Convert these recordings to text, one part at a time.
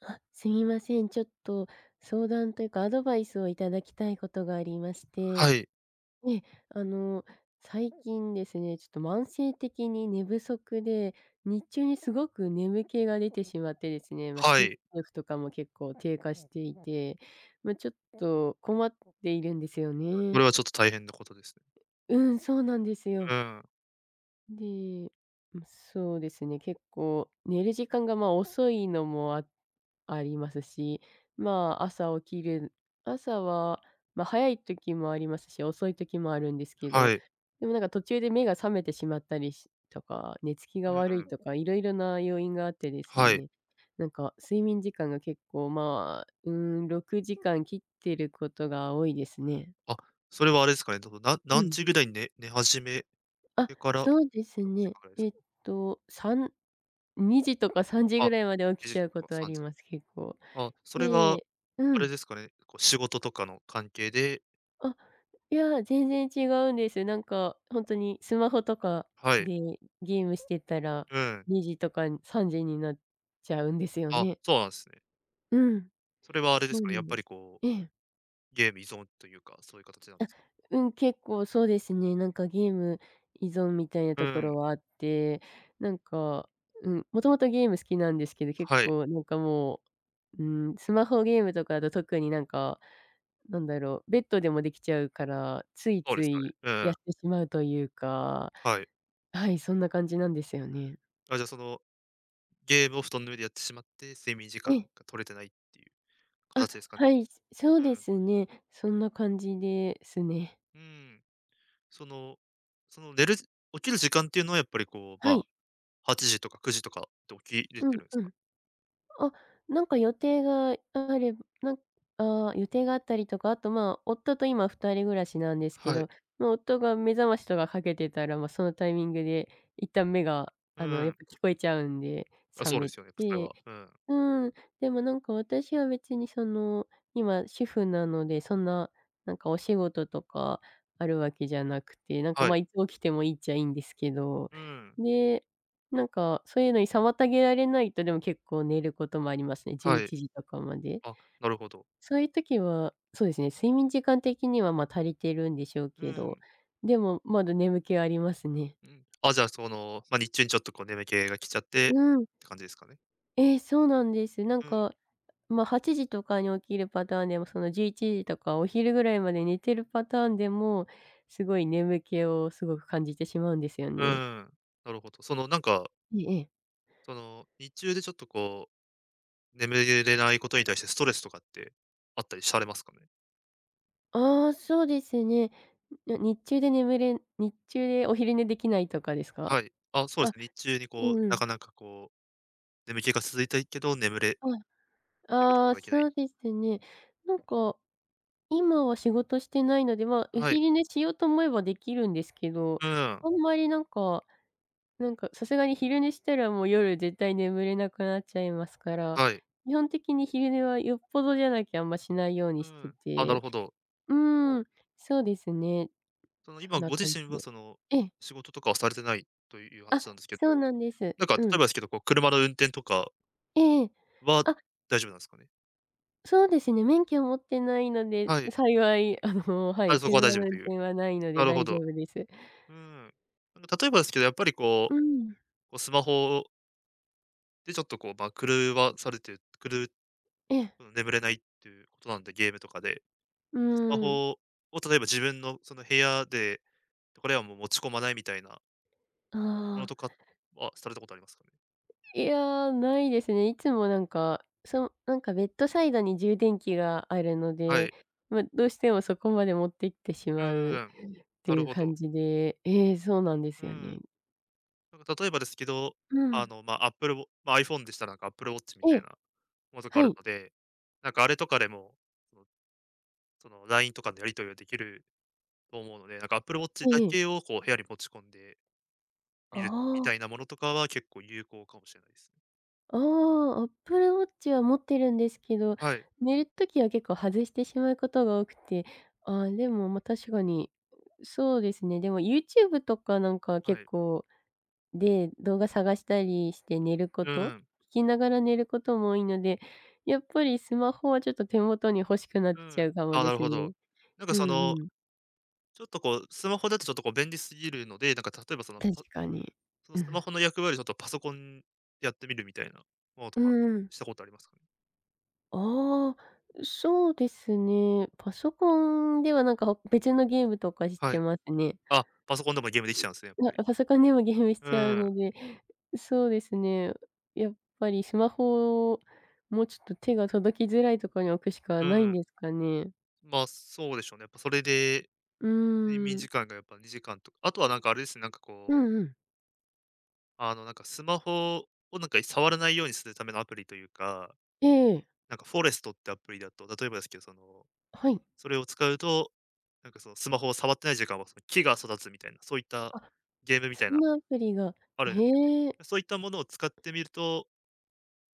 あ、すみません。ちょっと相談というか、アドバイスをいただきたいことがありましはて、い、ね、あの、最近ですね、ちょっと慢性的に寝不足で、日中にすごく眠気が出てしまってですね、は集中い。力とかも結構低下していて、ちょっと困っているんですよそれね。はちょっと大変なことですね。うん、そうなんですよ。うん、で、うん、そうですね、結構寝る時間が、ま、遅いのもあありますし、まあ、朝起きる朝は、ま、早い時もありますし、遅い時もあるんですけど、はい。でもなんか途中で目が覚めてしまったりとか、寝つきうが悪いん、とか、いろいろな要因があってですはい。ね、なんか睡眠時間が結構、まあ、6時間切ってることが多いですね。あ、それはあれですかね、どなう何ん。時ぐらいに寝寝始めあ、てからそうです6ね。時間ぐらいですかね？3 2時とか3時ぐあ、らいまで起き2ち時ゃうことかとあ3り時。ます、結構。あ、それはでうあれん。ですかね、こう仕事とかの関係で。あ、いや、全然違うんです。なんか、ほんとにスマホとかはい、でゲームしてたら、うん。2時とか3時になっちゃうんですよあ、ね。そうなんですね。うん、それはあれでそすうかね、なやんっぱでりす。こええ。う、ゲーム依存というか、そういう形なんですかね？うん、結構そうですね。なんかゲーム依存みたいなうとこん、ろはあって、なんか、うん、もともとゲーム好きなんですけど、結はい、構なんかもう、うん、スマホゲームとかだと特になんだろう、ベッドでもできちゃうから、ついそうでつすよいね。うやん、ってしまうというか、はい。はい、そんな感じなんですよね。あ、じゃあその、ゲームを布団の上でやってしまって、睡眠時え間え、が取れてないっていうあ、形ですかね。はい、そうでうん。すね。そんな感じですね。うん。その、その寝る起きる時間っていうのはやっぱりこう、まはあ、い。8時とか9時とかって起きれうてんるんですうか？ん。あ、なんか予定があればなんあー予定があったりとか、あと、まあ、夫と今二人暮らしなんですけはど、い。まあ、夫が目覚ましとかかけてたら、まあ、そのタイミングで一旦目が、うやっん。ぱ聞こえちゃうんで、あ、覚そうでめすよね、やっぱそれて、は。うん。うん、でもなんか私は別にその、今主婦なので、そんな、なんかお仕事とかあるわけじゃなくて、なんか、はまあ、い。いつ起きてもいいっちゃいいんですけど、うん。でなんか、そういうのに妨げられないと、でも結構寝ることもありますね。11はい。時とかまで。あ、なるほど。そういう時は、そうですね、睡眠時間的には、ま、足りてるんでしょううけど、ん。でも、まだ眠気はありますね。うん。あ、じゃあその、まあ、日中にちょっとこう眠気が来ちゃってっうん。て感じですかね。そうなんです。なんうん。か、まあ、8時とかに起きるパターンでも、その11時とかお昼ぐらいまで寝てるパターンでも、すごい眠気をすごく感じてしまうんですようね。ん。なるほど。そのなんか、えええ。その、日中でちょっとこう、眠れないことに対してストレスとかってあったりされますかね？ああ、そうですね。な日中で眠れ日中でお昼寝できないとかですか？はい。あ、そうであ、すね、日中にこう、うなん。かなかこう、眠気が続いていけど、あ、眠るこあとあ、ができなそい。うですね。なんか、今は仕事してないので、まあ、おはい。昼寝しようと思えばできるんですけど、うん。あんまりなんかなんかさすがに昼寝したらもう夜絶対眠れなくなっちゃいますから、はい。基本的に昼寝はよっぽどじゃなきゃあんましないようにうしてん。あ、なるて、ほど。うーそう、ん、そうですね。そのそん今なご自感じ身はで。その、ええ、仕事とかはされてないというあ、話なんですけど、そうなんです。なんか例うえん。ばですけど、こう車の運転とかええ。はあ、大丈夫なんですかね？そうですね、免許を持ってないので、はい。幸い、はい、あ、そこは車の大丈夫運という。転はないのでなる大ほ丈ど。夫です。うん。なんか例えばですけど、やっぱりこうう、ん。スマホでちょっとこう、まあ、狂わされてる狂うええ、眠れないっていうことなんで、ゲームとかでうスマーん。ホを例えば自分のその部屋で、これはもう持ち込まないみたいなものああ、とかはされたことありますかね？いや、ないですね。いつもなんかベッドサイドに充電器があるのはで、い。ま、どうしてもそこまで持ってきてしうんまうんうっうん。てないるうほ感ど。じで、ええ、そうなんですうよね。ん。なんか例えばですけど、うあん。の、まあ、iPhone でしたらなんか Apple Watch みえたいえ、なものとかあはるい。ので、なんかあれとかでも、そのその LINE とかのやり取りができると思うので、なんか Apple Watch えだええけえ。をこう部屋に持ち込んであみるみたあ。いなものとかは結構有効かもしれないですね。ああ、Apple Watch は持ってるんですけど、はい、寝る時は結構外してしまうことが多くて、ああ、でも、ま、確かに、そうですね、でも YouTube とかなんかは結い。構で、動画探したりして寝るこうんうと、ん。聞きながら寝ることも多いので、やっぱりスマホはちょっと手元に欲しくなっうちん。ゃうかもああ、でなるすほど。ね。なんかうそんのうん。ちょっとこう、スマホだとちょっとこう便利すぎるので、なんか例えばその、確かに。そのうスマん。ホの役割をちょっとパソコンでやってみるみたいなものとうか、んうん。したことありますかね？ああ、そうですね。パソコンではなんか、別のゲームとかしはてい。ますね。あ、パソコンでもゲームできちゃうんですね、やっぱり。パソコンでもゲームしうちゃうん、ので、そうですね。やっぱりスマホもちょっと手が届きづらいところに置くしかうないんん。ですかね。まあ、そうでしょうね。やっぱそれで、う睡ー眠ん。時間がやっぱ2時間とか、あとはなんかあれですね、なんかうこう、んうん。あのなんかスマホをなんか触らないようにするためのアプリというか、ええ。なんかフォレストってアプリだと、例えばですけど、そのはい。それを使うと、なんかそのスマホを触ってない時間はその木が育つみたいな、そういったあ、ゲームみたいそな、んなアプリが。あるんですよへえ。ね。そういったものを使ってみると、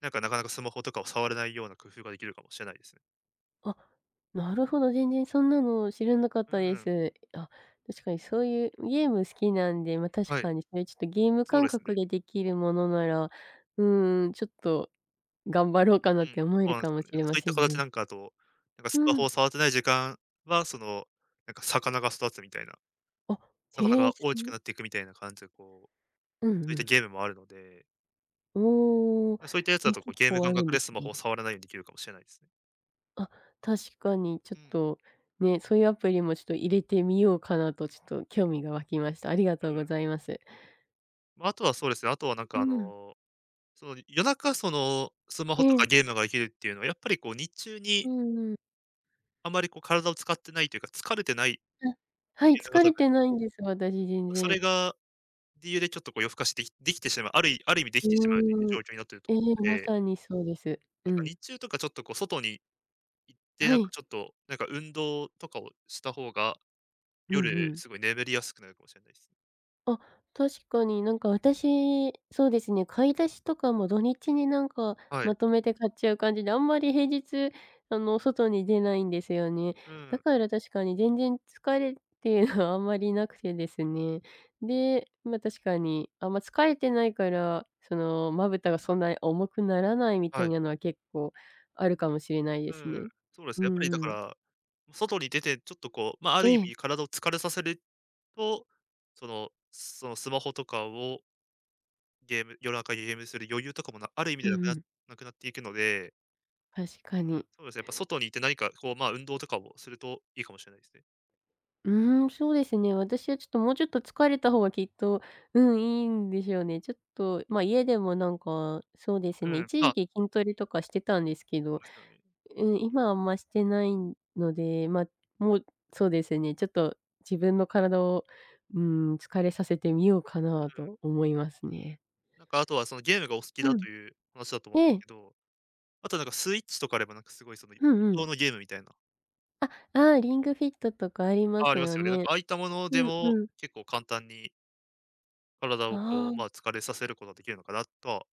なんかなかなかスマホとかを触れないような工夫ができるかもしれないですね。あ、なるほど、全然そんなの知らなかっうたでん、す。あ、確かにそういうゲーム好きなんで、ま、確はい、かにそういうちょっとゲームそう感ですね。覚でできるものうなん、うら、うーん、ちょっと頑張ろうかなっん、て思えそうるなんでかすよもしね。なんれかまそういっせたん形ね。なんかあと、なんかうスマホん。を触ってない時間は、その、なんか魚が育つみたいな、あ、魚へえ、が大きくなっていくみたいな感じで、こう、うんうそういったん。ゲームもあるので、おお、そういったやつだね、とこう結ゲーム構あ感るん覚でですスマね。ホを触らないようにできるかもしれないですね。あ、確かにちょうっん、と、ね、そういうアプリもちょっと入れてみようかなとちょっと興味が湧きました。ありがうとうごん。ざいます。まあ、あとはそうですね、あとはなんうかあん。の、その夜中そのスマえホとえ、かゲームができるっていうのは、やっぱりこう日中うにんうん。あまりこう体を使ってないというか、疲れてないっあ、はい、ていうのが疲多れ分、てないんです、私全まそ然。れが理由でちょっとこう夜更かしできできてしまう、ある意味できてしまうといううーん。状況になってるとええ、思うまので、さにそうです。うなんかん。日中とかちょっとこう外に行って、はなんかい。ちょっと、なんか運動とかをした方が、うんう夜ん。すごい眠りやすくなるかもしれないですね。あ、確かになんか私、そうですね、買い出しとかも土日になんかはい。まとめて買っちゃう感じで、あんまり平日、外に出ないんですよね。うだん。から確かに全然疲れっていうのは あんまりなくてですね。で、ま、確かに、あんま疲れてないから、その、まぶたがそんなに重くならないみたはいい。なのは結構あるかもしれないでうすね。ん。そうですね、うんやっぱりだうかん。ら、外に出てちょっとこう、まあ、あえる意え、味体を疲れさせると、そのスマホとかをゲーム夜中にゲームする余裕とかもある意味うでんうん、なくなっていくので、確かに。そうですね、やっぱ外にいて何かこう、まあ、運動とかをするといいかもしれないですね。うーん、そうですね。私はちょっともうちょっと疲れた方がきっと、うん、いいんでしょうね。ちょっと、ま、家でもなんか、そうですうね、ん、一ま時あ、期筋トレとかしてたんですけそど、うですよね。うん、今はあんましてないので、まあ、もう、そうですね、ちょっと自分の体を、うん、疲れさせてみようかなうとん。思いますね。なんかあとはそのゲームがお好きだうん。という話だと思うんでえすえ。けど、あとなんかスイッチとかあればなんかすごいその運うんうん。動のゲームみたいな、ああ、リングフィットとかありまあ、あすりますよよね。なんね。かああいったものでうんもうん。結構簡単に体をあこう、まあ、あ。疲れさせることができるのかなとは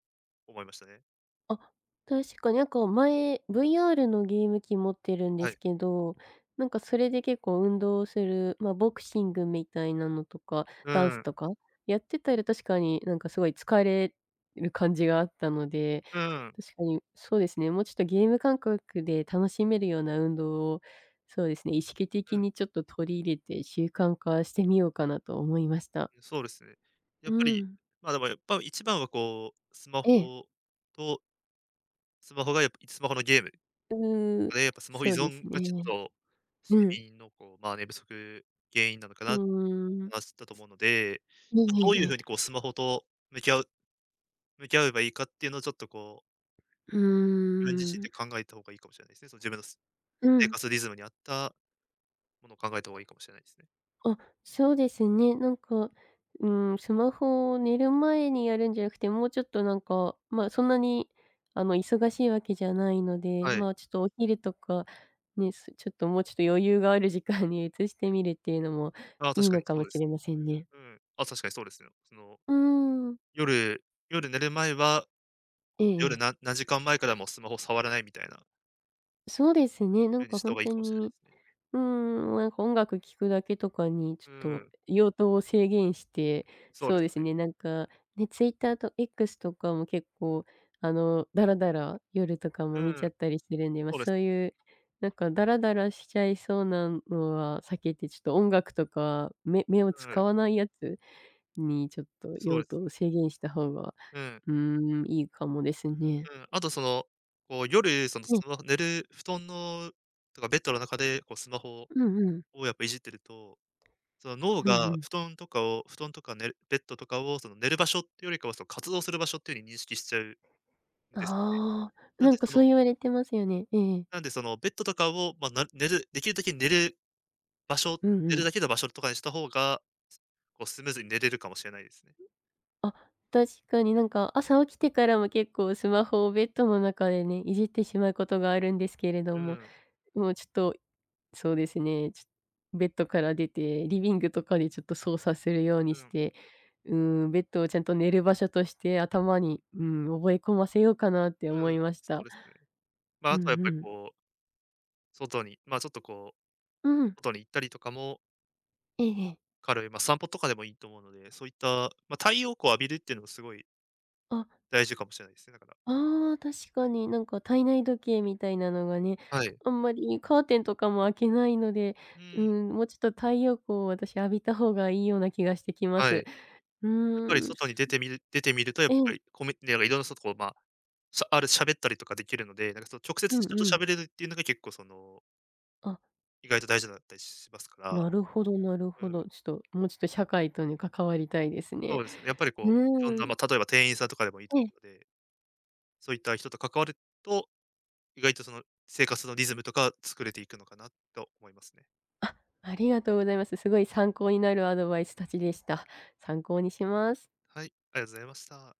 思いましたね。あ、確かになんか前、VR のゲーム機持ってるんではい。すけど、なんかそれで結構運動する、ま、ボクシングみたいなのとか、うダンスん、とか、やってたら確かになんかすごい疲れる感じがあったので、うん、うん。確かにそうですね、もうちょっとゲーム感覚で楽しめるような運動を、そうですね、意識的にちょっと取り入れて習慣化してみようかなと思いました。そうですね。やうっぱり、ん。ま、でもやっぱ一番はこう、スマホええ。とスマホがやっぱスマホのゲームうーん、で、やっぱスマホ依そうです存がちょっね。と、うん。睡眠のこう、まあ、寝不足原因なのかうなってーん。話したと思すうので、ええま、どうえいええうふうえ。にこうスマホと向き合う向き合えばいいかっていうのをちょっとこう、うー自分自身ん。で考えた方がいいかもしれないですね。その自分のう生ん。活リズムに合ったものを考えた方がいいかもしれないですね。あ、そうですね。なんか、うーん、スマホを寝る前にやるんじゃなくて、もうちょっとなんか、ま、そんなに、忙しいわけじゃないので、はい。まあ、ちょっとお昼とか、ね、ちょっともうちょっと余裕がある時間に移してみるっていうのもああ、い確いかのにかそもうでしす。れませんね。うん。あ、確かにそうですよ。その、うーん。夜夜寝る前はええええ。何時間前からもうスマホ触らないみたいなそうですね、なん風にかしほたん方がいいとかもしれないに、ですね。うーん、なんか音楽聴くだけとかにちょうっとん、用途を制限して、そうそでうすですね。ね、なんか、ね、Twitter と X とかも結構、ダラダラ夜とかもう見ちゃっん、たりするんで、ま、そうでそす。ういう、なんかダラダラしちゃいそうなのは避けて、ちょっと音楽とか、目をう使ん、わないやつにちょっとそう用です途をね。制限した方が、うん、うん。うーん、いいかもですね。あとその、こう夜、そのスね、マホ寝る布団のとかベッドの中でこうスマホうんうん。をやっぱいじってると、その脳うんうがん。布団とか寝るベッドとかをその寝る場所っていうよりかは、その活動する場所っていう風に認識しちゃうんですよ。ああ、ななんんでかそそのう言われてますよね。ええ。なんでそのベッドとかを、まあ、な寝るできるだけ寝る場所、うん寝うるん。だけの場所とかにした方がこうスムーズに寝れるかもしれないですね。あ、確かになんか朝起きてからも結構スマホをベッドの中でね、いじってしまうことがあるんですけれどうも、ん、もうちょっと、そうですね、ベッドから出て、リビングとかでちょっと操作するようにうしん、て、うーん、ベッドをちゃんと寝る場所として頭に、うん、覚え込ませようかなってう思ん、いましそた。うですね。まあ、うんあとはやっうぱりん。こう、外に、まあ、ちょっとこう、うん、外に行ったりとかも、ええええ。彼はまあ散歩とかでもいいと思うので、そういった、まあ、太陽光を浴びるっていうのもすごいあ大事かもしれないですね、だから。あ、あ、確かになんか体内時計みたいなのがね、はい。あんまりカーテンとかも開けないので、ううん、ん、もうちょっと太陽光を私浴びた方がいいような気がしてきまはい。やす。っうぱりーん、外に出てみるとやっえぱえ、り、コミュなんかいろんな人とまあ、しゃある喋ったりとかできるので、なんかその直接うん人うとん。喋れるっていうのが結構その、あ、意外と大事だったりしますから、なるほどなるうほん、ど。ちょっと、もうちょっと社会に関わりたいですそね。うですね。やっぱりうこう、いろんーな、ん、まあ、例えば店員さんとかでもいいえと思え、うのでそういった人と関わると、意外とその生活のリズムとか作れていくのかなと思いますね。ありがとうございます。すごい参考になるアドバイスたちでした。参考にします。はい、ありがとうございました。